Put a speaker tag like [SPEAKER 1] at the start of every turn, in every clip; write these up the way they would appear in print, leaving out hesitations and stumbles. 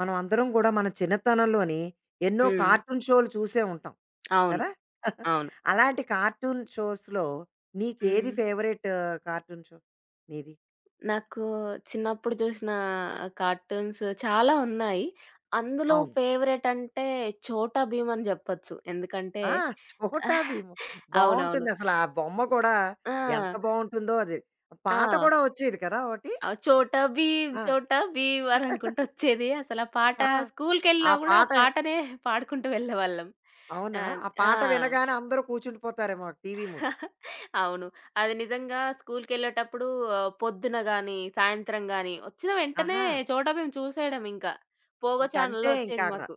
[SPEAKER 1] మనం అందరం కూడా మన చిన్నతనంలోని ఎన్నో
[SPEAKER 2] హ్మ్.
[SPEAKER 1] కార్టూన్ షోలు చూసే ఉంటాం
[SPEAKER 2] అవును.
[SPEAKER 1] కదా.
[SPEAKER 2] అవును.
[SPEAKER 1] అలాంటి కార్టూన్ షోస్లో నీకేది
[SPEAKER 2] హ్మ్.
[SPEAKER 1] ఫేవరెట్ కార్టూన్ షో నీది?
[SPEAKER 2] నాకు చిన్నప్పుడు జూసిన కార్టూన్స్ చాలా ఉన్నాయి. అందులో
[SPEAKER 1] అవును.
[SPEAKER 2] ఫేవరెట్ అంటే 'చోటా భీమ్' అని జెప్పొచ్చు. ఎందుకంటే
[SPEAKER 1] ఆ చోటా భీము
[SPEAKER 2] అవునవును.
[SPEAKER 1] బాగుంటుంది, అసలు ఆ బొమ్మ కూడా
[SPEAKER 2] ఆ!
[SPEAKER 1] ఎంత బాగుంటుందో. అది
[SPEAKER 2] ఆ!
[SPEAKER 1] పాట కూడా వచ్చేది కదా ఒకటి.
[SPEAKER 2] 'చోటా భీమ్,
[SPEAKER 1] ఆ
[SPEAKER 2] చోటా భీమ్' అని అనుకుంటూ ఒచ్చేది. అసలు ఆ పాట
[SPEAKER 1] ఆ, ఆ
[SPEAKER 2] స్కూలుకెళ్ళినా గూడా ఆ
[SPEAKER 1] పాట.
[SPEAKER 2] పాటనే పాడుకుంటూ వెళ్ళేవాళ్ళం.
[SPEAKER 1] అవునా,
[SPEAKER 2] ఆహ్,
[SPEAKER 1] ఆ
[SPEAKER 2] ఆ!
[SPEAKER 1] పాట వినగానే అందరూ కూర్చుండిపోతారేమో టీవీ ముందు.
[SPEAKER 2] అవును. అది నిజంగా స్కూలుకెళ్ళేటప్పుడు పొద్దున గాని, సాయంత్రం గాని, వచ్చిన వెంటనే
[SPEAKER 1] ఆహా.
[SPEAKER 2] చోటా భీమ్ చూసేయడం ఇంకా. పోగో
[SPEAKER 1] ఇంకంతే.
[SPEAKER 2] ఛానెల్‌లో
[SPEAKER 1] ఇంకా
[SPEAKER 2] వచ్చేది
[SPEAKER 1] అక్కడ
[SPEAKER 2] మాకు.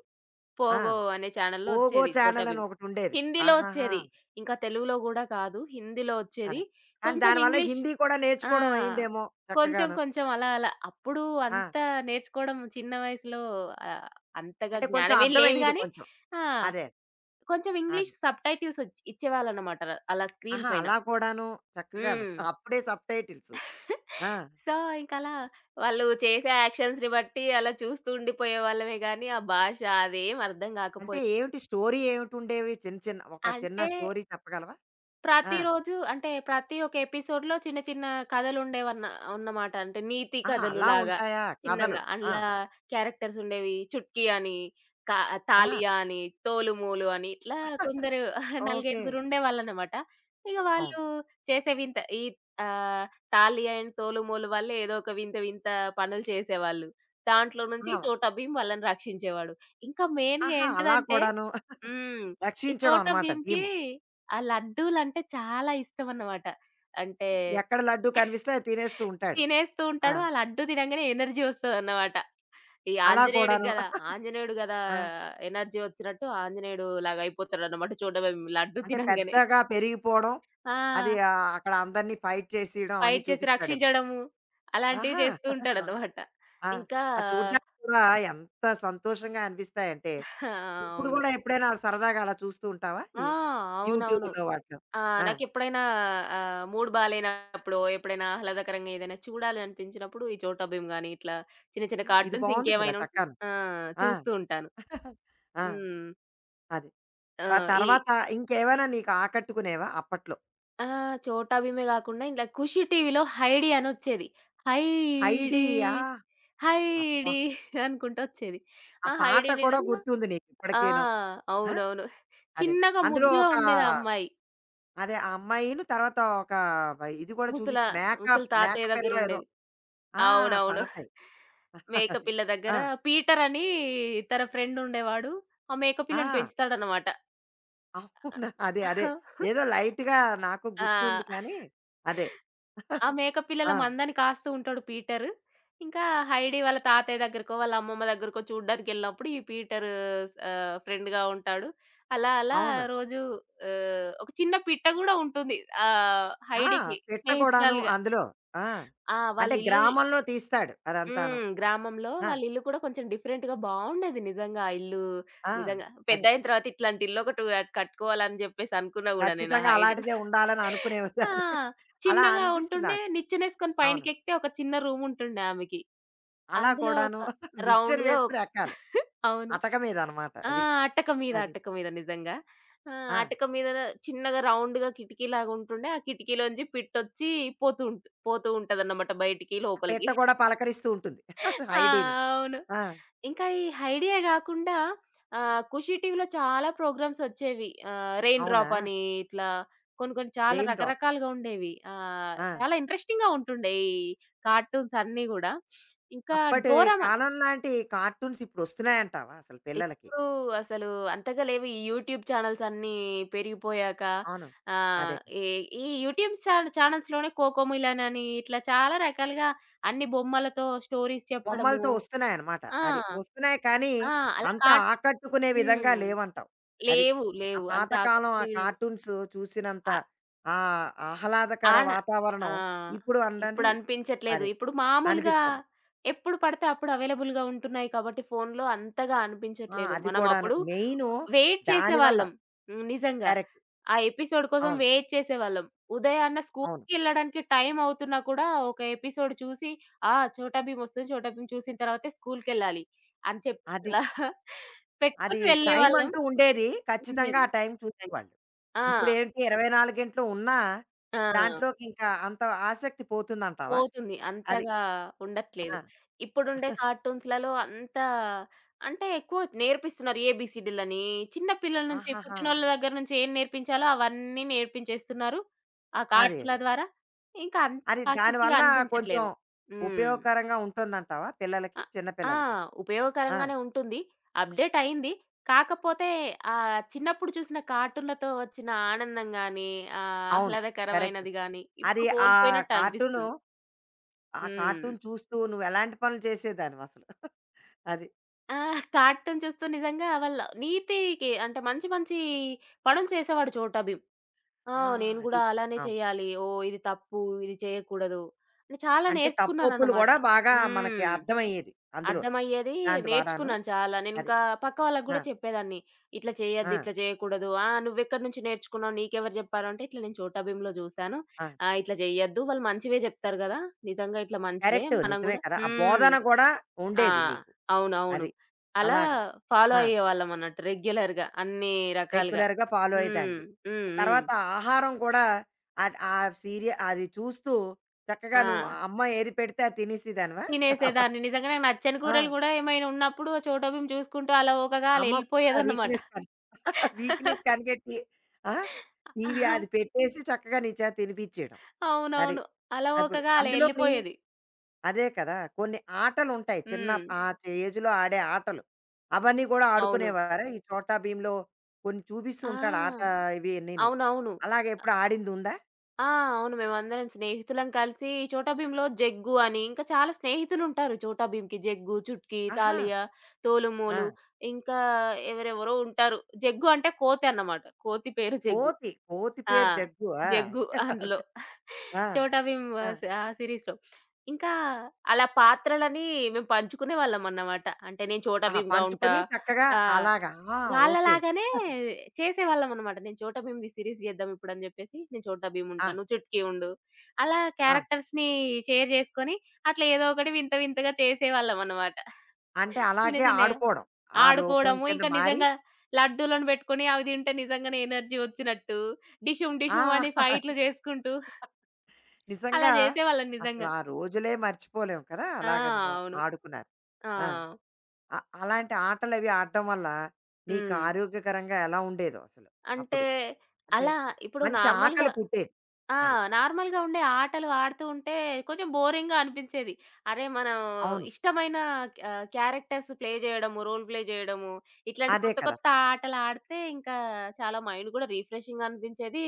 [SPEAKER 1] ఆ
[SPEAKER 2] పోగో అనే ఛానెల్‌లో
[SPEAKER 1] పోగో
[SPEAKER 2] వచ్చేది చోటా
[SPEAKER 1] ఛానల్ అని
[SPEAKER 2] భీమ్.
[SPEAKER 1] ఒకటి ఉండేది.
[SPEAKER 2] హిందీలో
[SPEAKER 1] ఆహాహా.
[SPEAKER 2] వచ్చేది. ఇంకా తెలుగులో గూడా కాదు. హిందీలో
[SPEAKER 1] అదే.
[SPEAKER 2] వచ్చేది.
[SPEAKER 1] అండ్
[SPEAKER 2] కొంచెం
[SPEAKER 1] దానివల్ల
[SPEAKER 2] ఇంగ్లీష్.
[SPEAKER 1] హిందీ కూడా
[SPEAKER 2] ఆ!
[SPEAKER 1] నేర్చుకోవడం అయిందేమో
[SPEAKER 2] కొంచెం
[SPEAKER 1] చక్కగాను.
[SPEAKER 2] కొంచెం అలా అలా. అప్పుడు
[SPEAKER 1] ఆ!
[SPEAKER 2] అంత నేర్చుకోవడం చిన్న వయసులో ఆహ్, అంతగా
[SPEAKER 1] అంటే కొంచెం
[SPEAKER 2] జ్ఞానమేం లేదు
[SPEAKER 1] అర్థమయ్యేది
[SPEAKER 2] గానీ
[SPEAKER 1] కొంచెం.
[SPEAKER 2] ఆ!
[SPEAKER 1] అదే.
[SPEAKER 2] కొంచెం ఇంగ్లీష్
[SPEAKER 1] అదే.
[SPEAKER 2] సబ్‌టైటిల్స్ ఇచ్చేవాళ్ళన్నమాట. అలా స్క్రీన్
[SPEAKER 1] ఆహా!
[SPEAKER 2] పైన.
[SPEAKER 1] అలా కూడాను చక్కగాను.
[SPEAKER 2] హ్మ్.
[SPEAKER 1] అప్పుడే సబ్‌టైటిల్స్. ఆ!
[SPEAKER 2] సో, ఇంకలా వాళ్ళు చేసే యాక్షన్స్‌ని బట్టి అలా చూస్తూ ఉండిపోయేవాళ్ళమే గానీ, ఆ భాష అదేం అర్థం
[SPEAKER 1] అంటే
[SPEAKER 2] గాకపోయేది.
[SPEAKER 1] ఏమిటి స్టోరీ ఏమిటుండేవి? చిన్న చిన్న ఒక చిన్న
[SPEAKER 2] అంటే
[SPEAKER 1] స్టోరీ చెప్పగలవా? ఆ!
[SPEAKER 2] ప్రతిరోజు అంటే ప్రతి ఒక్క ఎపిసోడ్‌లో చిన్న చిన్న కథలుండేవన్న అన్నమాట. అంటే నీతి
[SPEAKER 1] ఆహా! అలా
[SPEAKER 2] కథలులాగా
[SPEAKER 1] ఉంటాయా కథలు?
[SPEAKER 2] చిన్నగా.
[SPEAKER 1] ఆ!
[SPEAKER 2] అందులో క్యారెక్టర్స్ ఉండేవి. 'చుట్కీ' అని, కా
[SPEAKER 1] ఆ!
[SPEAKER 2] 'తాలియా' అని, 'తోలుమోలు' అని ఇట్లా కొందరు
[SPEAKER 1] ఓకే.
[SPEAKER 2] నలుగైదుగురు ఉండేవాళ్ళన్నమాట. ఇగ
[SPEAKER 1] అవును.
[SPEAKER 2] వాళ్ళు చేసే వింత ఆహ్, 'తాలియా' అండ్ 'తోలుమోలు' వాళ్ళే ఏదో ఒక వింత వింత పనులు చేసేవాళ్ళు. దాంట్లో నుంచి
[SPEAKER 1] ఆ!
[SPEAKER 2] 'చోటా భీమ్' వాళ్ళని రక్షించేవాడు. ఇంకా మెయిన్‌గా
[SPEAKER 1] ఆహా! అలా
[SPEAKER 2] ఏంటిదంటే
[SPEAKER 1] కూడాను.
[SPEAKER 2] హ్మ్. ఈ
[SPEAKER 1] రక్షించడం
[SPEAKER 2] 'చోటా
[SPEAKER 1] అనమాట
[SPEAKER 2] భీమ్‌కి'
[SPEAKER 1] భీము.
[SPEAKER 2] ఆ లడ్డూలంటే చాలా ఇష్టమన్నమాట. అంటే
[SPEAKER 1] ఎక్కడ లడ్డు కనిపిస్తే అది తినేస్తూ ఉంటాడు.
[SPEAKER 2] తినేస్తూ
[SPEAKER 1] ఆ!
[SPEAKER 2] ఉంటాడు. ఆ లడ్డు తినంగానే ఎనర్జీ వస్తదన్నమాట. ఈ
[SPEAKER 1] అలా
[SPEAKER 2] ఆంజనేయుడికి
[SPEAKER 1] కూడాను.
[SPEAKER 2] గదా! ఆంజనేయుడు గదా!
[SPEAKER 1] ఆ!
[SPEAKER 2] ఎనర్జీ వచ్చినట్టు ఆంజనేయుడు లాగా అయిపోతాడన్నమాట 'చోటా భీమ్' లడ్డు
[SPEAKER 1] అంటే
[SPEAKER 2] తినంగానే.
[SPEAKER 1] పెద్దగా పెరిగిపోవడం, అది
[SPEAKER 2] ఆ!
[SPEAKER 1] ఆహ్, అక్కడ అందరిని ఫైట్ చేసేయడం అన్నీ
[SPEAKER 2] ఫైట్ చేసి
[SPEAKER 1] చూపిస్తాడేమో.
[SPEAKER 2] రక్షించడము అలాంటివి
[SPEAKER 1] ఆహా!
[SPEAKER 2] చేస్తూ ఉంటాడన్నమాట.
[SPEAKER 1] ఆ!
[SPEAKER 2] ఇంకా
[SPEAKER 1] అది చూడ్డానికి కూడా ఎంత సంతోషంగా అనిపిస్తాయంటే, ఇప్పుడు
[SPEAKER 2] అవును.
[SPEAKER 1] గూడా ఎప్పుడైనా అలా సరదాగా అలా చూస్తూ ఉంటావా?
[SPEAKER 2] ఆ! అవునవును.
[SPEAKER 1] యూట్యూబ్‌లో వాటిలో.
[SPEAKER 2] ఆ!
[SPEAKER 1] ఆ!
[SPEAKER 2] నాకెప్పుడైనా మూడ్ బాలేనప్పుడో, ఎప్పుడైనా ఆహ్లాదకరంగా ఏదైనా చూడాలి అనిపించినప్పుడు ఈ 'చోటా భీమ్' గాని, ఇట్లా చిన్న చిన్న
[SPEAKER 1] ఆ! ఇది
[SPEAKER 2] కార్టూన్స్
[SPEAKER 1] బావుంది కదా!
[SPEAKER 2] ఇంకేమైనా ఉంటే
[SPEAKER 1] చక్కాను.
[SPEAKER 2] ఆ!
[SPEAKER 1] ఆ!
[SPEAKER 2] చూస్తూ ఉంటాను.
[SPEAKER 1] ఆ!
[SPEAKER 2] హ్మ్.
[SPEAKER 1] అది.
[SPEAKER 2] ఆ!
[SPEAKER 1] ఆ
[SPEAKER 2] ఈ
[SPEAKER 1] తర్వాత ఇంకేమైనా నీకు ఆకట్టుకునేవా అప్పట్లో?
[SPEAKER 2] ఆ! 'చోటా భీమే' గాకుండా ఇలా 'ఖుషి టీవీలో' 'హైడీ' అనొచ్చేది. హైడీ
[SPEAKER 1] 'హైడీయా' అబ్బా!
[SPEAKER 2] హైడీ అనుకుంటూ వచ్చేది.
[SPEAKER 1] ఆ
[SPEAKER 2] ఆ
[SPEAKER 1] పాట
[SPEAKER 2] 'హైడీ'
[SPEAKER 1] కూడా
[SPEAKER 2] నిజంగా
[SPEAKER 1] గుర్తుంది నీకు
[SPEAKER 2] ఆ!
[SPEAKER 1] ఇప్పటికీను. ఆ!
[SPEAKER 2] అవునవును.
[SPEAKER 1] అదే.
[SPEAKER 2] చిన్నగా
[SPEAKER 1] అందులో
[SPEAKER 2] ముద్దుగా
[SPEAKER 1] ఒక
[SPEAKER 2] ఉండేది ఆ అమ్మాయి.
[SPEAKER 1] అదే ఆ అమ్మాయిను తర్వాత ఒక ఇది కూడా
[SPEAKER 2] ముసల
[SPEAKER 1] చూపిస్త
[SPEAKER 2] ముసలి తాతయ్య
[SPEAKER 1] మేకపిల్ల ఏదో.
[SPEAKER 2] దగ్గరుండేది.
[SPEAKER 1] ఆ!
[SPEAKER 2] అవునవును.
[SPEAKER 1] తాతయ్య. అది.
[SPEAKER 2] మేకపిల్ల
[SPEAKER 1] ఆ!
[SPEAKER 2] దగ్గర పీటర్ అని తన ఫ్రెండ్ ఉండేవాడు. ఆ
[SPEAKER 1] ఆ!
[SPEAKER 2] మేకపిల్లని పెంచుతాడన్నమాట.
[SPEAKER 1] అవునా! అదే. అదే. ఏదో లైట్‌గా నాకు గుర్తుంది
[SPEAKER 2] ఆ!
[SPEAKER 1] కానీ అదే.
[SPEAKER 2] ఆ మేకపిల్లల
[SPEAKER 1] ఆ!
[SPEAKER 2] మందని కాస్తూ ఉంటాడు పీటర్. ఇంకా హైడీ వాళ్ళ తాతయ్య దగ్గరకో, వాళ్ళ అమ్మమ్మ దగ్గరకో చూడ్డానికెళ్ళినప్పుడు ఈ పీటర్ ఫ్రెండ్‌గా ఉంటాడు. అలా అలా
[SPEAKER 1] అవును.
[SPEAKER 2] రోజు ఒక చిన్న పిట్ట గూడా ఉంటుంది.
[SPEAKER 1] ఆ!
[SPEAKER 2] హైడీకి
[SPEAKER 1] పిట్ట కూడాను
[SPEAKER 2] స్నేహితురాలుగా.
[SPEAKER 1] అందులో. ఆ!
[SPEAKER 2] ఆ!
[SPEAKER 1] అంటే
[SPEAKER 2] వాళ్ళిల్లు
[SPEAKER 1] గ్రామంలో తీస్తాడు అదంతాను.
[SPEAKER 2] హ్మ్. గ్రామంలో
[SPEAKER 1] ఆ!
[SPEAKER 2] వాళ్ళ ఇల్లు కూడా కొంచెం డిఫరెంట్‌గా బావుండేది నిజంగా ఆ ఇల్లు.
[SPEAKER 1] ఆ!
[SPEAKER 2] నిజంగా
[SPEAKER 1] అది.
[SPEAKER 2] పెద్దయిన తర్వాత ఇట్లాంటి ఇల్లు ఒకటి కట్టుకోవాలని జెప్పేసి అనుకున్నా గూడా నేను ఆ
[SPEAKER 1] ఖచ్చితంగా
[SPEAKER 2] ఐడి.
[SPEAKER 1] అలాంటిదే ఉండాలని
[SPEAKER 2] ఆ!
[SPEAKER 1] అనుకునేదాన్ని. అలా
[SPEAKER 2] చిన్నగా
[SPEAKER 1] అనిపిస్తుంది
[SPEAKER 2] ఉంటుండే
[SPEAKER 1] నాకు.
[SPEAKER 2] నిచ్చెనేసుకొని
[SPEAKER 1] అవును.
[SPEAKER 2] పైనకెక్కితే ఒక చిన్న రూమ్ ఉంటుండే ఆమెకి.
[SPEAKER 1] అలా
[SPEAKER 2] అందులో
[SPEAKER 1] కూడాను
[SPEAKER 2] ఒక
[SPEAKER 1] మిక్చర్
[SPEAKER 2] రౌండ్‌గా
[SPEAKER 1] వేసుకొని ఎక్కాలి.
[SPEAKER 2] అవును.
[SPEAKER 1] అటక మీద అన్నమాట
[SPEAKER 2] ఆ!
[SPEAKER 1] అది.
[SPEAKER 2] అటక మీద,
[SPEAKER 1] అది.
[SPEAKER 2] అటక మీద నిజంగా. ఆ!
[SPEAKER 1] ఆ!
[SPEAKER 2] అటక మీద చిన్నగా రౌండ్‌గా కిటికీలాగా ఉంటుండే. ఆ కిటికీలోంచి పిట్టొచ్చి పోతూ ఉంటదన్నమాట బయటికి,
[SPEAKER 1] ఆ పిట్ట
[SPEAKER 2] లోపలికి.
[SPEAKER 1] కూడా పలకరిస్తూ ఉంటుంది
[SPEAKER 2] ఆ!
[SPEAKER 1] హైడీని.
[SPEAKER 2] అవును.
[SPEAKER 1] ఆ!
[SPEAKER 2] ఇంకా ఈ హైడియా గాకుండా ఖుషి టీవీలో చాలా ప్రోగ్రామ్స్ ఒచ్చేవి. రెయిన్
[SPEAKER 1] అవునా?
[SPEAKER 2] డ్రాప్ అని ఇట్లా కొన్ని కొన్ని చాలా
[SPEAKER 1] రెయిన్ డ్రాప్.
[SPEAKER 2] రకరకాలుగా ఉండేవి.
[SPEAKER 1] ఆ!
[SPEAKER 2] చాలా ఇంట్రెస్టింగ్‌గా ఉంటుండే ఈ కార్టూన్స్ అన్నీ గూడా. ఇంకా
[SPEAKER 1] అప్పటి
[SPEAKER 2] డోరామాన్.
[SPEAKER 1] కాలం లాంటి కార్టూన్స్ ఇప్పుడొస్తున్నాయంటావా అసలు పిల్లలకి?
[SPEAKER 2] ఇప్పుడు అసలు అంతగా లేవు ఈ యూట్యూబ్ ఛానెల్స్ అన్నీ పెరిగిపోయాక.
[SPEAKER 1] అవును.
[SPEAKER 2] ఆహ్,
[SPEAKER 1] అదే.
[SPEAKER 2] ఈ ఈ యూట్యూబ్ ఛానెల్స్‌లోనే కోకోమిలన్ అని ఇట్లా చాలా రకాలుగా అన్ని బొమ్మలతో స్టోరీస్ చెప్పడము.
[SPEAKER 1] బొమ్మలతో వస్తున్నాయనమాట.
[SPEAKER 2] ఆ!
[SPEAKER 1] అది. వస్తున్నాయి కానీ,
[SPEAKER 2] ఆ! అలా
[SPEAKER 1] అంత
[SPEAKER 2] కార్టూన్.
[SPEAKER 1] ఆకట్టుకునే విధంగా
[SPEAKER 2] హ్మ్.
[SPEAKER 1] లేవంటావు. అది.
[SPEAKER 2] లేవు.
[SPEAKER 1] ఆ
[SPEAKER 2] లేవు. అంత
[SPEAKER 1] పాతకాలం ఆ
[SPEAKER 2] ఆకట్టుకునే విధంగా
[SPEAKER 1] కార్టూన్స్ చూసినంత
[SPEAKER 2] ఆ!
[SPEAKER 1] ఆహ్, ఆహ్లాదకర
[SPEAKER 2] ఆన ఆ!
[SPEAKER 1] వాతావరణం ఇప్పుడు అన్నది
[SPEAKER 2] ఇప్పుడనిపించట్లేదు.
[SPEAKER 1] అది
[SPEAKER 2] ఇప్పుడు మామూలుగా
[SPEAKER 1] అనిపిస్తుంది.
[SPEAKER 2] ఎప్పుడు పడితే అప్పుడు అవైలబుల్‌గా ఉంటున్నాయి కాబట్టి ఫోనులో అంతగా
[SPEAKER 1] ఆ!
[SPEAKER 2] అనిపించట్లేదు.
[SPEAKER 1] అది
[SPEAKER 2] మనం
[SPEAKER 1] కూడాను.
[SPEAKER 2] అప్పుడు
[SPEAKER 1] మెయిను
[SPEAKER 2] వెయిట్
[SPEAKER 1] దానివల్ల.
[SPEAKER 2] చేసేవాళ్ళం. హ్మ్. నిజంగా.
[SPEAKER 1] కరెక్ట్.
[SPEAKER 2] ఆ ఎపిసోడ్ కోసం
[SPEAKER 1] అవును.
[SPEAKER 2] వెయిట్ చేసేవాళ్ళం. ఉదయాన్న
[SPEAKER 1] అవును.
[SPEAKER 2] స్కూలుకెళ్ళడానికి టైం అవుతున్నా కూడా ఒక ఎపిసోడ్ చూసి, ఆ! చోటా భీమ్ వస్తుంది. చోటా భీమ్ చూసిన తర్వాతే స్కూలుకెళ్ళాలి అని చెప్పి
[SPEAKER 1] అది.
[SPEAKER 2] అలా
[SPEAKER 1] అది
[SPEAKER 2] పెట్టుకొని
[SPEAKER 1] టైం
[SPEAKER 2] వెళ్ళేవాళ్ళం.
[SPEAKER 1] అంటూ ఉండేది. ఖచ్చితంగా
[SPEAKER 2] ఉండేది.
[SPEAKER 1] ఆ టైం చూసేవాళ్ళు.
[SPEAKER 2] ఆ!
[SPEAKER 1] ఇప్పుడేంటి 24 గంటలు ఉన్నా
[SPEAKER 2] ఆ!
[SPEAKER 1] దాంట్లోకింకా అంత ఆసక్తి పోతుందంటావా?
[SPEAKER 2] పోతుంది.
[SPEAKER 1] అది.
[SPEAKER 2] అంతగా
[SPEAKER 1] ఆ!
[SPEAKER 2] ఉండట్లేదు. ఇప్పుడుండే కార్టూన్స్‌లలో అంత అంటే ఎక్కువ నేర్పిస్తున్నారు ఏబీసీడీలని. చిన్న పిల్లల నుంచి
[SPEAKER 1] ఆహాహా!
[SPEAKER 2] పుట్టినోళ్ళ దగ్గర నుంచి ఏం నేర్పించాలో అవన్నీ నేర్పించేస్తున్నారు. ఆ
[SPEAKER 1] అదే
[SPEAKER 2] కార్టూన్‌ల
[SPEAKER 1] అది.
[SPEAKER 2] ద్వారా. ఇంకా అంత
[SPEAKER 1] అది
[SPEAKER 2] ఆసక్తిగా
[SPEAKER 1] దానివల్ల కొంచెం
[SPEAKER 2] అనిపించట్లేదు. హ్మ్.
[SPEAKER 1] ఉపయోగకరంగా ఉంటుందంటావా పిల్లలకి?
[SPEAKER 2] అ
[SPEAKER 1] చిన్న
[SPEAKER 2] ఆ!
[SPEAKER 1] పిల్లలకి? ఆ!
[SPEAKER 2] ఉపయోగకరంగానే ఉంటుంది. అప్‌డేట్ అయింది. కాకపోతే చిన్నప్పుడు చూసిన కార్టూన్‌లతో వచ్చిన ఆనందం గాని,
[SPEAKER 1] అవును. కరెక్ట్.
[SPEAKER 2] ఆహ్లాదకరమైనది గాని
[SPEAKER 1] అది
[SPEAKER 2] ఇప్పుడు
[SPEAKER 1] ఆ
[SPEAKER 2] కోల్పోయినట్టు
[SPEAKER 1] కార్టూను
[SPEAKER 2] అనిపిస్తుంది.
[SPEAKER 1] ఆ
[SPEAKER 2] హ్మ్.
[SPEAKER 1] కార్టూన్ చూస్తూ నువ్వెలాంటి పనులు చేసేదానివసలు? అది.
[SPEAKER 2] ఆ! కార్టూన్ చూస్తూ నిజంగా వాళ్ళ నీతికి అంటే మంచి మంచి పనులు చేసేవాడు 'చోటా భీమ్'. ఆ!
[SPEAKER 1] ఆ!
[SPEAKER 2] నేను
[SPEAKER 1] అది.
[SPEAKER 2] గూడా అలానే
[SPEAKER 1] అవును.
[SPEAKER 2] చేయాలి. ఓహ్! ఇది తప్పు, ఇది చేయకూడదు అని చాలా
[SPEAKER 1] అంటే తప్పొప్పులు
[SPEAKER 2] నేర్చుకున్నానన్నమాట.
[SPEAKER 1] గూడా బాగా మనకి
[SPEAKER 2] హ్మ్.
[SPEAKER 1] అర్థమయ్యేది అందులో.
[SPEAKER 2] అర్థమయ్యేది
[SPEAKER 1] దాని ద్వారాను.
[SPEAKER 2] నేర్చుకున్నాను చాలా.
[SPEAKER 1] అది.
[SPEAKER 2] నేనింకా పక్క వాళ్ళకి
[SPEAKER 1] ఆ!
[SPEAKER 2] గూడా చెప్పేదాన్ని. ఇట్లా
[SPEAKER 1] ఆ!
[SPEAKER 2] చేయొద్దు, ఇట్లా చేయకూడదు. ఆ! నువ్వెక్కడి నుంచి నేర్చుకున్నావు? నీకెవరు చెప్పారు? అంటే ఇట్లా నేను 'చోటా భీమ్‌లో' చూసాను.
[SPEAKER 1] ఆ!
[SPEAKER 2] ఇట్లా చేయొద్దు. వాళ్ళు మంచివే చెప్తారు గదా! నిజంగా ఇట్లా మంచిదే.
[SPEAKER 1] కరెక్టు.
[SPEAKER 2] మనం
[SPEAKER 1] నిజమే
[SPEAKER 2] గూడా
[SPEAKER 1] కదా! ఆ
[SPEAKER 2] హ్మ్.
[SPEAKER 1] బోధన గూడా
[SPEAKER 2] ఆ!
[SPEAKER 1] ఉండేది నీకు.
[SPEAKER 2] అవునవును.
[SPEAKER 1] అది.
[SPEAKER 2] అలా
[SPEAKER 1] అలాగా.
[SPEAKER 2] ఫాలో
[SPEAKER 1] ఆ!
[SPEAKER 2] అయ్యేవాళ్ళమన్నట్టు రెగ్యులర్‌గా అన్ని రకాలుగా.
[SPEAKER 1] రెగ్యులర్‌గా ఫాలో
[SPEAKER 2] హ్మ్.
[SPEAKER 1] అయ్యేదానివి.
[SPEAKER 2] హ్మ్. హ్మ్.
[SPEAKER 1] తర్వాత ఆహారం కూడా అట్ ఆ సీరియల్ అది చూస్తూ చక్కగా నువ్వు ఆ
[SPEAKER 2] ఆ!
[SPEAKER 1] అమ్మ ఏది పెడితే అది తినేసేదానివా? అలా.
[SPEAKER 2] తినేసేదాన్ని. నిజంగానే నాకు నచ్చని
[SPEAKER 1] ఆ!
[SPEAKER 2] కూరలు గూడా ఏమైనా ఉన్నప్పుడు చోటోబిమ్ చూసుకుంటూ అలవోకగా అలా
[SPEAKER 1] అమ్మ కూడా
[SPEAKER 2] ఎళ్ళిపోయేదన్నమాట.
[SPEAKER 1] వీక్‌నెస్ కనిపెట్టి ఆ! టీవీ అది పెట్టేసి చక్కగా నీ చేత తినిపించేయడం. అది.
[SPEAKER 2] అవునవును.
[SPEAKER 1] అప్పుడు
[SPEAKER 2] అలవోకగా అలా
[SPEAKER 1] అందులోని
[SPEAKER 2] ఎళ్ళిపోయేది.
[SPEAKER 1] అదే కదా! కొన్ని ఆటలుంటాయి చిన్న
[SPEAKER 2] హ్మ్.
[SPEAKER 1] ఆ ఏజ్‌లో ఆడే ఆటలు. అవన్నీ గూడా
[SPEAKER 2] అవును.
[SPEAKER 1] ఆడుకునేవారా? ఈ చోటా భీమ్‌లో కొన్ని చూపిస్తూ ఉంటాడు ఆట
[SPEAKER 2] ఆ!
[SPEAKER 1] ఇవి అన్నీను.
[SPEAKER 2] అవునవును.
[SPEAKER 1] అలాగే ఎప్పుడు ఆడిందుందా?
[SPEAKER 2] ఆ! అవును. మేమందరం స్నేహితులం కలిసి చోటా భీమ్‌లో జగ్గు అని ఇంకా చాలా స్నేహితులుంటారు చోటా భీమ్‌కి. జగ్గు, చుట్కీ,
[SPEAKER 1] ఆహా!
[SPEAKER 2] తాలియా,
[SPEAKER 1] ఆ!
[SPEAKER 2] తోలుమోలు ఇంకా ఎవరెవరో ఉంటారు. జగ్గు అంటే కోతి అన్నమాట. కోతి పేరు జగ్గు.
[SPEAKER 1] కోతి. కోతి
[SPEAKER 2] ఆ!
[SPEAKER 1] పేరు జగ్గు. ఆ!
[SPEAKER 2] జగ్గు
[SPEAKER 1] అదే.
[SPEAKER 2] అందులో.
[SPEAKER 1] అదే. ఆ!
[SPEAKER 2] చోటా భీమ్
[SPEAKER 1] ఆ!
[SPEAKER 2] ఆ సీరీస్‌లో. ఇంకా అలా పాత్రలని మేము పంచుకునేవాళ్ళమన్నమాట. అంటే నేను చోటా
[SPEAKER 1] ఆహా!
[SPEAKER 2] భీమ్‌గా ఉంటా.
[SPEAKER 1] పంచుకొని చక్కగా
[SPEAKER 2] ఆ!
[SPEAKER 1] అలాగా. ఆ! ఓకే.
[SPEAKER 2] వాళ్ళలాగానే చేసేవాళ్ళమనమాట. నేను 'చోటా భీమ్' ది సీరీస్ జేద్దాం ఇప్పుడని జెప్పేసి, నేను 'చోటా భీమ్'
[SPEAKER 1] ఆ!
[SPEAKER 2] ఉంటా, నువ్వు 'చుట్కీ' ఉండు. అలా
[SPEAKER 1] ఆ!
[SPEAKER 2] క్యారెక్టర్స్‌ని షేర్ జేసుకొని, అట్లా ఏదో ఒకటి వింత వింతగా చేసేవాళ్ళమనమాట.
[SPEAKER 1] అంటే
[SPEAKER 2] చిన్న
[SPEAKER 1] అలాగే
[SPEAKER 2] చిన్నగా.
[SPEAKER 1] ఆడుకోవడం. ఆ రూపం
[SPEAKER 2] ఆడుకోవడము,
[SPEAKER 1] కింద
[SPEAKER 2] ఇంకా
[SPEAKER 1] మారి
[SPEAKER 2] నిజంగా లడ్డూలను బెట్టుకొని అవి తింటే నిజంగానే ఎనర్జీ ఒచ్చినట్టు, డిషుమ్ డిషుమ్
[SPEAKER 1] ఆ!
[SPEAKER 2] అని ఫైట్‌లు జేసుకుంటూ అలా
[SPEAKER 1] నిజంగా.
[SPEAKER 2] జేసేవాళ్ళం
[SPEAKER 1] అసలు
[SPEAKER 2] నిజంగా.
[SPEAKER 1] ఆ రోజులే మర్చిపోలేం కదా!
[SPEAKER 2] ఆ!
[SPEAKER 1] అలాగ నువ్వు
[SPEAKER 2] అవును.
[SPEAKER 1] ఆడుకున్నారు.
[SPEAKER 2] ఆ!
[SPEAKER 1] ఆ! అ అలాంటి ఆటలవి ఆడడం వల్ల నీకు
[SPEAKER 2] హ్మ్.
[SPEAKER 1] ఆరోగ్యకరంగా ఎలా ఉండేదో అసలు
[SPEAKER 2] అంటే
[SPEAKER 1] అప్పుడు? అంటే
[SPEAKER 2] అలా ఇప్పుడు
[SPEAKER 1] మంచి
[SPEAKER 2] నార్మల్‌గా,
[SPEAKER 1] ఆకలి పుట్టేది.
[SPEAKER 2] ఆ!,
[SPEAKER 1] అది.
[SPEAKER 2] నార్మల్‌గా ఉండే ఆటలు ఆడుతూ ఉంటే కొంచెం బోరింగ్‌గా అనిపించేది. అరే! మనం
[SPEAKER 1] అవును.
[SPEAKER 2] ఇష్టమైన క్యారెక్టర్స్ ప్లే చేయడము, రోల్ ప్లే చేయడము, ఇట్లాంటి
[SPEAKER 1] అదే
[SPEAKER 2] కొత్త
[SPEAKER 1] కదా!
[SPEAKER 2] కొత్త ఆటలు ఆడితే ఇంకా చాలా మైండ్ కూడా రిఫ్రెషింగ్‌గా అనిపించేది.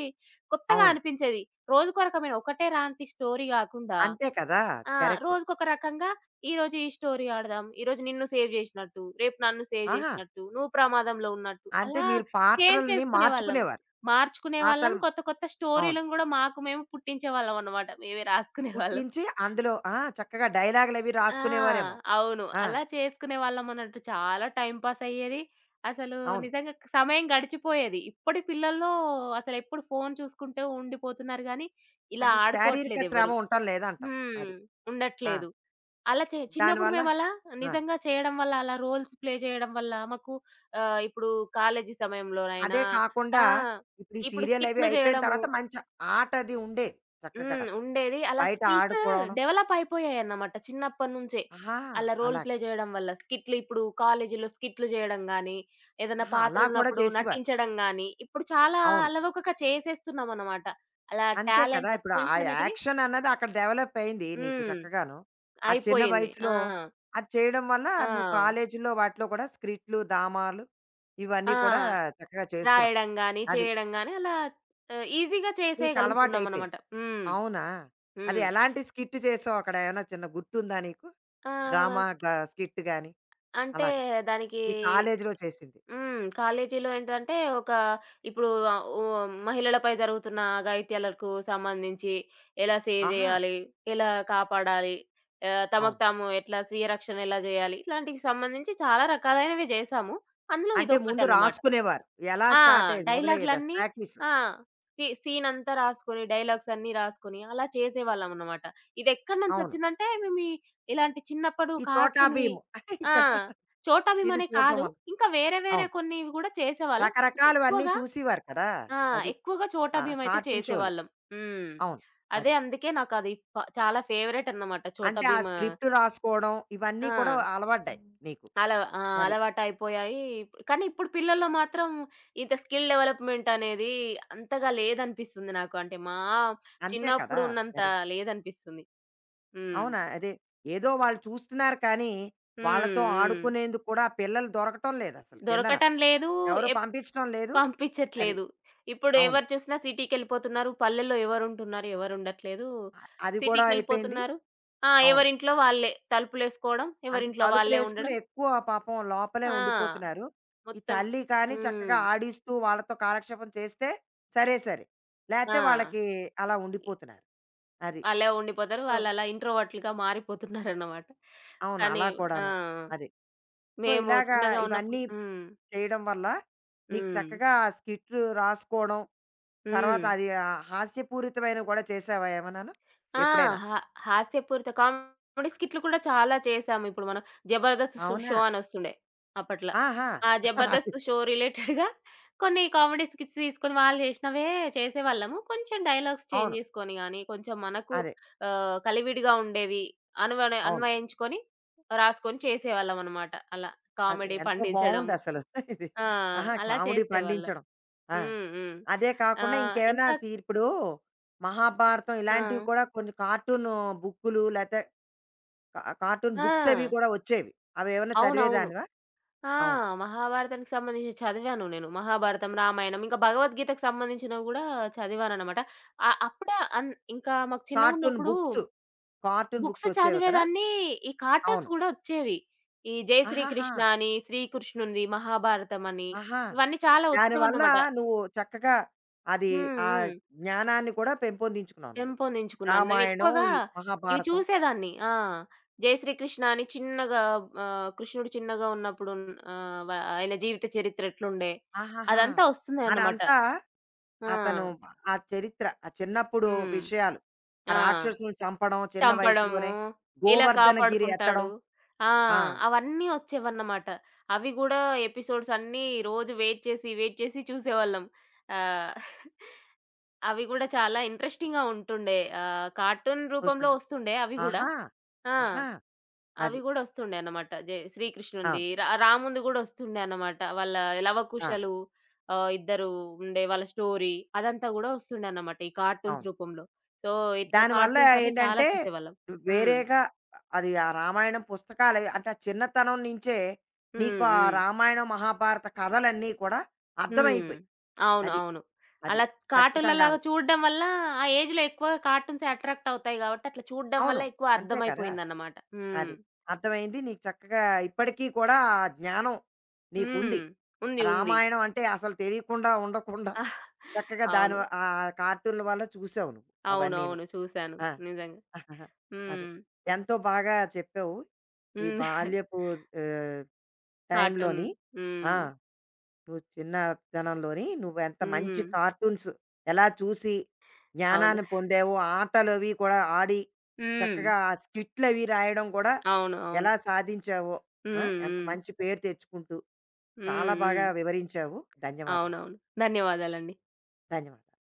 [SPEAKER 2] కొత్తగా
[SPEAKER 1] అవును.
[SPEAKER 2] అనిపించేది. రోజుకో రకమైన ఒకటే లాంటి స్టోరీ కాకుండా
[SPEAKER 1] అంతే కదా!
[SPEAKER 2] ఆ!
[SPEAKER 1] కరెక్ట్.
[SPEAKER 2] రోజుకొక రకంగా ఈరోజు ఈ స్టోరీ ఆడదాం. ఈరోజు నిన్ను సేవ్ జేసినట్టు, రేపు నన్ను సేవ్
[SPEAKER 1] ఆహా!
[SPEAKER 2] జేసినట్టు, నువ్వు ప్రమాదంలో ఉన్నట్టు
[SPEAKER 1] అంటే
[SPEAKER 2] అలా
[SPEAKER 1] మీరు
[SPEAKER 2] చేంజ్
[SPEAKER 1] పాత్రలని
[SPEAKER 2] చేసుకునేవాళ్ళం.
[SPEAKER 1] మార్చుకునేవారు.
[SPEAKER 2] మార్చుకునేవాళ్ళం.
[SPEAKER 1] పాత్రలు
[SPEAKER 2] కొత్త కొత్త
[SPEAKER 1] అవును.
[SPEAKER 2] స్టోరీలను గూడా మాకు మేము పుట్టించేవాళ్ళం అన్నమాట. మేమే రాసుకునేవాళ్ళం.
[SPEAKER 1] పుట్టించి అందులో ఆ! చక్కగా డైలాగులవి
[SPEAKER 2] ఆ!
[SPEAKER 1] రాసుకునేవారేమో.
[SPEAKER 2] అవును.
[SPEAKER 1] ఆ!
[SPEAKER 2] అలా చేసుకునేవాళ్ళం అన్నట్టు. చాలా టైమ్ పాస్ అయ్యేది. అసలు
[SPEAKER 1] అవును.
[SPEAKER 2] నిజంగా సమయం గడిచిపోయేది. ఇప్పటి పిల్లల్లో అసలెప్పుడు ఫోను చూసుకుంటూ ఉండిపోతున్నారు గానీ, ఇలా
[SPEAKER 1] అది శారీరక శ్రమ
[SPEAKER 2] ఆడుకోవట్లేదెవ్వరు.
[SPEAKER 1] ఉండటం లేదంటావు.
[SPEAKER 2] హ్మ్.
[SPEAKER 1] అది. ఆ!
[SPEAKER 2] ఉండట్లేదు. అలా చే చిన్నప్పుడు
[SPEAKER 1] దానివల్ల
[SPEAKER 2] మేమలా
[SPEAKER 1] ఆ!
[SPEAKER 2] నిజంగా చేయడం వల్ల, అలా రోల్స్ ప్లే చేయడం వల్ల మాకు ఇప్పుడు కాలేజీ
[SPEAKER 1] అదే
[SPEAKER 2] సమయంలోనైనా
[SPEAKER 1] కాకుండా
[SPEAKER 2] ఆ!
[SPEAKER 1] ఇప్పుడు ఈ
[SPEAKER 2] ఇప్పుడు
[SPEAKER 1] సీరియలవి
[SPEAKER 2] స్కిట్‌లు
[SPEAKER 1] అయిపోయిన
[SPEAKER 2] జేయడము.
[SPEAKER 1] తర్వాత మంచి ఆటది ఉండేది చక్కగా.
[SPEAKER 2] హ్మ్. ఉండేది. అలా
[SPEAKER 1] బయట
[SPEAKER 2] స్కిల్స్
[SPEAKER 1] ఆడుకోవడం.
[SPEAKER 2] డెవలప్ అయిపోయాయన్నమాట చిన్నప్పటినుంచే.
[SPEAKER 1] ఆహా!
[SPEAKER 2] అలా రోల్
[SPEAKER 1] అలా.
[SPEAKER 2] ప్లే చేయడం వల్ల. స్కిట్‌లు ఇప్పుడు కాలేజీలో స్కిట్‌లు జేయడం గాని, ఏదైనా
[SPEAKER 1] ఆహా! అలా కూడా
[SPEAKER 2] పాత్రలున్నప్పుడు
[SPEAKER 1] చేసేవారు.
[SPEAKER 2] నటించడం గాని, ఇప్పుడు చాలా
[SPEAKER 1] అవును.
[SPEAKER 2] అలవోకగా చేసేస్తున్నామన్నమాట. అలా
[SPEAKER 1] అంతే కదా!
[SPEAKER 2] టాలెంట్, ఆ
[SPEAKER 1] ఇప్పుడు ఆ
[SPEAKER 2] స్కిల్స్ అనేటివి
[SPEAKER 1] యాక్షన్ అన్నది అక్కడ డెవలప్ అయింది నీకు
[SPEAKER 2] హ్మ్.
[SPEAKER 1] చక్కగాను. ఆ చిన్న
[SPEAKER 2] అయిపోయింది. ఆ!
[SPEAKER 1] వయసులో అది చేయడం వల్ల
[SPEAKER 2] ఆ!
[SPEAKER 1] నువ్వు కాలేజీలో వాటిలో కూడా స్క్రిప్ట్లు, డ్రామాలు
[SPEAKER 2] ఆ!
[SPEAKER 1] ఇవన్నీ కూడా చక్కగా చేస్తున్నావు.
[SPEAKER 2] రాయడం గాని,
[SPEAKER 1] అది
[SPEAKER 2] చేయడం గాని అలా ఈజీగా
[SPEAKER 1] నీకు అలవాటైపోయింది.
[SPEAKER 2] చేసేయగలుగుతున్నామనమాట. హ్మ్.
[SPEAKER 1] అవునా? అది
[SPEAKER 2] హ్మ్.
[SPEAKER 1] ఎలాంటి స్కిట్ చేసావు అక్కడ? ఏమైనా చిన్న గుర్తుందా నీకు? డ్రామా
[SPEAKER 2] ఆహ్,
[SPEAKER 1] గా స్కిట్ గాని
[SPEAKER 2] అంటే
[SPEAKER 1] అలాగా.
[SPEAKER 2] దానికి
[SPEAKER 1] నీ కాలేజీలో చేసింది.
[SPEAKER 2] హ్మ్. కాలేజీలో ఏంటంటే ఒక ఇప్పుడు ఓ మహిళలపై జరుగుతున్న అఘాయిత్యాలకు సంబంధించి ఎలా సేవ్
[SPEAKER 1] ఆహా!
[SPEAKER 2] జేయాలి? ఎలా కాపాడాలి? తమకు
[SPEAKER 1] అవును.
[SPEAKER 2] తాము ఎట్లా స్వీయ రక్షణ ఎలా జేయాలి? ఇట్లాంటికి సంబంధించి చాలా రకాలైనవి జేశాము. అందులో
[SPEAKER 1] అంటే ముందు
[SPEAKER 2] ఇదొక్కటనమాట.
[SPEAKER 1] రాసుకునేవారు. ఎలా
[SPEAKER 2] ఆ!
[SPEAKER 1] స్టార్ట్ అయ్యేది? మొదలయ్యేది ఆ
[SPEAKER 2] డైలాగులన్నీ
[SPEAKER 1] ప్రాక్టీసు.
[SPEAKER 2] ఆ! సీనంతా రాసుకొని, డైలాగ్స్ అన్నీ రాసుకొని అలా చేసేవాళ్ళమనమాట. ఇదెక్కడి
[SPEAKER 1] అవును.
[SPEAKER 2] నుంచొచ్చిందంటే, మేము ఈ ఇలాంటి చిన్నప్పుడు
[SPEAKER 1] ఈ చోటా
[SPEAKER 2] కార్టూన్‌వి.
[SPEAKER 1] భీమ్
[SPEAKER 2] ఆ!
[SPEAKER 1] ఇక్కడ
[SPEAKER 2] 'చోటా భీమ్'
[SPEAKER 1] ఇది
[SPEAKER 2] అనే
[SPEAKER 1] చూడడం
[SPEAKER 2] కాదు.
[SPEAKER 1] వల్ల.
[SPEAKER 2] ఇంకా వేరే వేరే
[SPEAKER 1] అవును.
[SPEAKER 2] కొన్నివి గూడా చేసేవాళ్ళం. కాకపోతే
[SPEAKER 1] రకరకాలవన్నీ
[SPEAKER 2] ఎక్కువగా
[SPEAKER 1] చూసేవారు కదా!
[SPEAKER 2] ఆ!
[SPEAKER 1] అది.
[SPEAKER 2] ఎక్కువగా 'చోటా
[SPEAKER 1] ఆ
[SPEAKER 2] భీమ్' అయితే
[SPEAKER 1] కార్టూన్ షోలు.
[SPEAKER 2] చేసేవాళ్ళం. హ్మ్.
[SPEAKER 1] అవును.
[SPEAKER 2] అదే
[SPEAKER 1] అది.
[SPEAKER 2] అందుకే నాకది చాలా ఫేవరెట్ అన్నమాట 'చోటా
[SPEAKER 1] అంటే ఆ
[SPEAKER 2] భీమ్'.
[SPEAKER 1] స్క్రిప్ట్ రాసుకోవడం ఇవన్నీ కూడా
[SPEAKER 2] ఆ!
[SPEAKER 1] అలవడ్డాయి నీకు.
[SPEAKER 2] ఆ!
[SPEAKER 1] అది.
[SPEAKER 2] అలవాటయిపోయాయి. కానీ ఇప్పుడు పిల్లల్లో మాత్రం ఇంత స్కిల్ డెవలప్‌మెంట్ అనేది అంతగా లేదనిపిస్తుంది నాకు. అంటే మా
[SPEAKER 1] అంతే కదా!
[SPEAKER 2] చిన్నప్పుడు ఉన్నంత
[SPEAKER 1] మరి.
[SPEAKER 2] లేదనిపిస్తుంది. హ్మ్.
[SPEAKER 1] అవునా? అదే. ఏదో వాళ్ళు చూస్తున్నారు కానీ, వాళ్ళతో
[SPEAKER 2] హ్మ్. హ్మ్.
[SPEAKER 1] ఆడుకునేందుకు కూడా పిల్లలు దొరకటం లేదసలు కిందన.
[SPEAKER 2] దొరకటం లేదు.
[SPEAKER 1] ఎవరు
[SPEAKER 2] ఎప్
[SPEAKER 1] పంపించడం లేదు. అది.
[SPEAKER 2] పంపించట్లేదు. ఇప్పుడు
[SPEAKER 1] అవును.
[SPEAKER 2] ఎవరు చూసినా సిటీకెళ్ళిపోతున్నారు. పల్లెల్లో ఎవరుంటున్నారు? ఎవరుండట్లేదు.
[SPEAKER 1] అ అది కూడా అయిపోయింది.
[SPEAKER 2] సిటీకెళ్ళిపోతున్నారు. ఆ!
[SPEAKER 1] అవును.
[SPEAKER 2] ఎవరింట్లో వాళ్ళే. తలుపులేసుకోవడం,
[SPEAKER 1] అంతే
[SPEAKER 2] ఎవరింట్లో వాళ్ళే
[SPEAKER 1] తలుపులేసుకుని
[SPEAKER 2] ఉండడం.
[SPEAKER 1] ఎక్కువ పాపం లోపలే
[SPEAKER 2] ఆ!
[SPEAKER 1] ఉండిపోతున్నారు. ఈ
[SPEAKER 2] మొత్తం
[SPEAKER 1] తల్లి కానీ
[SPEAKER 2] హ్మ్.
[SPEAKER 1] చక్కగా ఆడిస్తూ వాళ్ళతో కాలక్షేపం చేస్తే సరే సరే.
[SPEAKER 2] ఆ!
[SPEAKER 1] లేతే వాళ్ళకి అలా ఉండిపోతున్నారు. అది.
[SPEAKER 2] అలా ఉండిపోతారు.
[SPEAKER 1] సో
[SPEAKER 2] వాళ్ళలా ఇంట్రోవర్ట్‌లుగా మారిపోతున్నారన్నమాట.
[SPEAKER 1] అవును.
[SPEAKER 2] కానీ
[SPEAKER 1] అలా
[SPEAKER 2] ఆ!
[SPEAKER 1] కూడాను. అది. సో,
[SPEAKER 2] మేము
[SPEAKER 1] ఇలాగా
[SPEAKER 2] చిన్నగా ఉన్నప్పుడు
[SPEAKER 1] ఇవన్నీ
[SPEAKER 2] హ్మ్.
[SPEAKER 1] చేయడం వల్ల నీకు
[SPEAKER 2] హ్మ్.
[SPEAKER 1] చక్కగా ఆ స్కిట్ రాసుకోవడం, తర్వాత
[SPEAKER 2] హ్మ్.
[SPEAKER 1] అది ఆహ్, హాస్యపూరితమైనవి కూడా చేసావా ఏమన్నాను?
[SPEAKER 2] ఆ!
[SPEAKER 1] ఎప్పుడైనా?
[SPEAKER 2] హా హాస్యపూరిత కామెడీ స్కిట్‌లు కూడా చాలా చేశాము. ఇప్పుడు మనం 'జబర్దస్త్' షో
[SPEAKER 1] అవునా?
[SPEAKER 2] షో అనొస్తుండే అప్పట్ల.
[SPEAKER 1] ఆహా!
[SPEAKER 2] ఆ
[SPEAKER 1] అది.
[SPEAKER 2] 'జబర్దస్త్' షో రిలేటెడ్‌గా కొన్ని కామెడీ స్కిట్స్ తీసుకొని వాళ్ళు చేసినవే చేసేవాళ్ళము. కొంచెం డైలాగ్స్ చేంజ్
[SPEAKER 1] అవును.
[SPEAKER 2] చేసుకొని గాని, కొంచెం మనకు
[SPEAKER 1] అదే.
[SPEAKER 2] కలివిడిగా ఉండేవి
[SPEAKER 1] అవును.
[SPEAKER 2] అన్వయించుకొని రాసుకొని చేసేవాళ్ళం అన్నమాట. అలా
[SPEAKER 1] అది
[SPEAKER 2] కామెడీ
[SPEAKER 1] ఎంతో
[SPEAKER 2] పండించడం.
[SPEAKER 1] బావుందసలు. ఇది.
[SPEAKER 2] ఆ!
[SPEAKER 1] ఆహా!
[SPEAKER 2] అలా
[SPEAKER 1] కామెడీ
[SPEAKER 2] చేసేవాళ్ళం.
[SPEAKER 1] పండించడం. ఆ!
[SPEAKER 2] హ్మ్. హ్మ్.
[SPEAKER 1] అదే కాకుండా ఇంకేమైనా
[SPEAKER 2] ఇంకా
[SPEAKER 1] సి ఇప్పుడు 'మహాభారతం' ఇలాంటివి
[SPEAKER 2] ఆ!
[SPEAKER 1] కూడా కొన్ని కార్టూను బుక్కులు లేతే కార్టూన్ బుక్స్ అవి
[SPEAKER 2] ఆ!
[SPEAKER 1] కూడా వచ్చేవి. అవేమన్నా
[SPEAKER 2] అవునవును.
[SPEAKER 1] చదివేదానివా?
[SPEAKER 2] ఆ!
[SPEAKER 1] అవును.
[SPEAKER 2] మహాభారతానికి సంబంధించి చదివాను నేను. మహాభారతం, రామాయణం ఇంకా భగవద్గీతకు సంబంధించినవి గూడా చదివాననమాట. అప్పుడే ఇంకా మాకు
[SPEAKER 1] కార్టూన్
[SPEAKER 2] చిన్నగున్నప్పుడు
[SPEAKER 1] బుక్స్. కార్టూన్
[SPEAKER 2] బుక్స్
[SPEAKER 1] బుక్స్ వచ్చేవి కదా!
[SPEAKER 2] చదివేదాన్ని. ఈ కార్టూన్స్
[SPEAKER 1] అవును.
[SPEAKER 2] గూడా ఒచ్చేవి. ఈ 'జై
[SPEAKER 1] ఆహాహా!
[SPEAKER 2] శ్రీకృష్ణ' అని, 'శ్రీకృష్ణునిది', 'మహాభారతం' అని
[SPEAKER 1] ఆహా!
[SPEAKER 2] ఇవన్నీ చాలా
[SPEAKER 1] దానివల్ల
[SPEAKER 2] ఒచ్చేవన్నమాట.
[SPEAKER 1] నువ్వు చక్కగా అది
[SPEAKER 2] హ్మ్.
[SPEAKER 1] ఆ
[SPEAKER 2] హ్మ్.
[SPEAKER 1] జ్ఞానాన్ని కూడా పెంపొందించుకున్నావు నువ్వు.
[SPEAKER 2] పెంపొందించుకున్నాను.
[SPEAKER 1] రామాయణం,
[SPEAKER 2] నేనెక్కువగా
[SPEAKER 1] ఈ
[SPEAKER 2] ఇవి
[SPEAKER 1] మహాభారతం.
[SPEAKER 2] చూసేదాన్ని. ఆ! జయశ్రీ కృష్ణ అని చిన్నగా కృష్ణుడు చిన్నగా ఉన్నప్పుడు ఆహ్, వ ఆయన జీవిత చరిత్ర ఎట్లుండే
[SPEAKER 1] ఆహాహా!
[SPEAKER 2] అదంతా వస్తుందన్నమాట.
[SPEAKER 1] అదంతా అతను
[SPEAKER 2] ఆ!
[SPEAKER 1] ఆ చరిత్ర, ఆ చిన్నప్పుడు
[SPEAKER 2] హ్మ్.
[SPEAKER 1] విషయాలు. ఆ
[SPEAKER 2] ఆ!
[SPEAKER 1] రాక్షసుల్ని చంపడం చిన్న
[SPEAKER 2] చంపడము,
[SPEAKER 1] వయసులోనే.
[SPEAKER 2] ఎలా
[SPEAKER 1] గోవర్ధన గిరి ఎత్తడం.
[SPEAKER 2] కాపాడుకుంటాడు. ఆ!
[SPEAKER 1] ఆ!
[SPEAKER 2] అవన్నీ వచ్చేవన్నమాట. అవి గూడా ఎపిసోడ్స్ అన్నీ రోజు వెయిట్ చేసి, వెయిట్ చేసి చూసేవాళ్ళం. ఆహ్, అవి గూడా చాలా ఇంట్రెస్టింగ్‌గా ఉంటుండే. కార్టూన్ రూపంలో
[SPEAKER 1] సంతోషంగా.
[SPEAKER 2] వస్తుండే అవి గూడా.
[SPEAKER 1] ఆహా!
[SPEAKER 2] ఆ!
[SPEAKER 1] ఆహా!
[SPEAKER 2] అవి
[SPEAKER 1] అది.
[SPEAKER 2] గూడా ఒస్తుండే అన్నమాట. శ్రీకృష్ణునిది,
[SPEAKER 1] అవును.
[SPEAKER 2] రామునిది గూడా ఒస్తుండే అన్నమాట. వాళ్ళ
[SPEAKER 1] ఆ!
[SPEAKER 2] లవకుశలు ఇద్దరు ఉండే వాళ్ళ స్టోరీ అదంతా గూడా ఒస్తుండే అన్నమాట ఈ కార్టూన్స్
[SPEAKER 1] అవును.
[SPEAKER 2] రూపంలో. సో, ఇట్లా
[SPEAKER 1] దానివల్ల
[SPEAKER 2] కార్టూన్స్ అన్నీ చాలా
[SPEAKER 1] ఏంటంటే,
[SPEAKER 2] చూసేవాళ్ళం. హ్మ్.
[SPEAKER 1] వేరేగా అది ఆ రామాయణం పుస్తకాలు అవి- అంటే ఆ చిన్నతనం నుంచే నీకు
[SPEAKER 2] హ్మ్.
[SPEAKER 1] ఆ
[SPEAKER 2] హ్మ్.
[SPEAKER 1] రామాయణం, మహాభారత కథలన్నీ కూడా
[SPEAKER 2] హ్మ్.
[SPEAKER 1] అర్థమైపోయాయి.
[SPEAKER 2] అవును.
[SPEAKER 1] అది.
[SPEAKER 2] అవును.
[SPEAKER 1] అది.
[SPEAKER 2] అలా కార్టూన్‌లలాగా
[SPEAKER 1] ఖచ్చితంగాను.
[SPEAKER 2] చూడడం వల్ల ఆ ఏజ్‌లో ఎక్కువ కార్టూన్స్ అట్రాక్ట్ అవుతాయి గాబట్టి అట్లా చూడడం
[SPEAKER 1] అవును.
[SPEAKER 2] వల్ల ఎక్కువ
[SPEAKER 1] అంతే కదా!
[SPEAKER 2] అర్థమైపోయిందన్నమాట. హ్మ్.
[SPEAKER 1] అది. అర్థమైంది. నీకు చక్కగా ఇప్పటికీ కూడా ఆ జ్ఞానం నీకుంది.
[SPEAKER 2] హ్మ్. ఉంది. ఉంది.
[SPEAKER 1] రామాయణం అంటే అసలు తెలియకుండా ఉండకుండా చక్కగా దాని
[SPEAKER 2] అవును.
[SPEAKER 1] వ ఆహ్, కార్టూన్‌ల వల్ల చూసావు నువ్వు అవన్నీను.
[SPEAKER 2] అవునవును. చూసాను.
[SPEAKER 1] ఆ!
[SPEAKER 2] నిజంగా.
[SPEAKER 1] ఆహాహా. అదే.
[SPEAKER 2] హ్మ్.
[SPEAKER 1] ఎంతో బాగా చెప్పావు. ఈ
[SPEAKER 2] హ్మ్.
[SPEAKER 1] బాల్యపు ఆహ్,
[SPEAKER 2] కార్టూన్.
[SPEAKER 1] టైంలోని. ఆ!
[SPEAKER 2] హ్మ్.
[SPEAKER 1] నువ్వు చిన్నతనంలోని నువ్వెంత మంచి
[SPEAKER 2] హ్మ్.
[SPEAKER 1] కార్టూన్స్ ఎలా చూసి
[SPEAKER 2] అవును.
[SPEAKER 1] జ్ఞానాన్ని పొందావో, ఆటలవి కూడా ఆడి,
[SPEAKER 2] హ్మ్.
[SPEAKER 1] చక్కగా ఆ స్కిట్‌లవి రాయడం కూడా
[SPEAKER 2] అవును. అవును.
[SPEAKER 1] ఎలా సాధించావో, ఆ!
[SPEAKER 2] హ్మ్.
[SPEAKER 1] ఎంత
[SPEAKER 2] హ్మ్.
[SPEAKER 1] మంచి పేరు తెచ్చుకుంటూ చాలా
[SPEAKER 2] హ్మ్.
[SPEAKER 1] బాగా
[SPEAKER 2] హ్మ్.
[SPEAKER 1] వివరించావు. ధన్యవాదాలు.
[SPEAKER 2] అవునవును. ధన్యవాదాలండి.
[SPEAKER 1] ధన్యవాదాలు.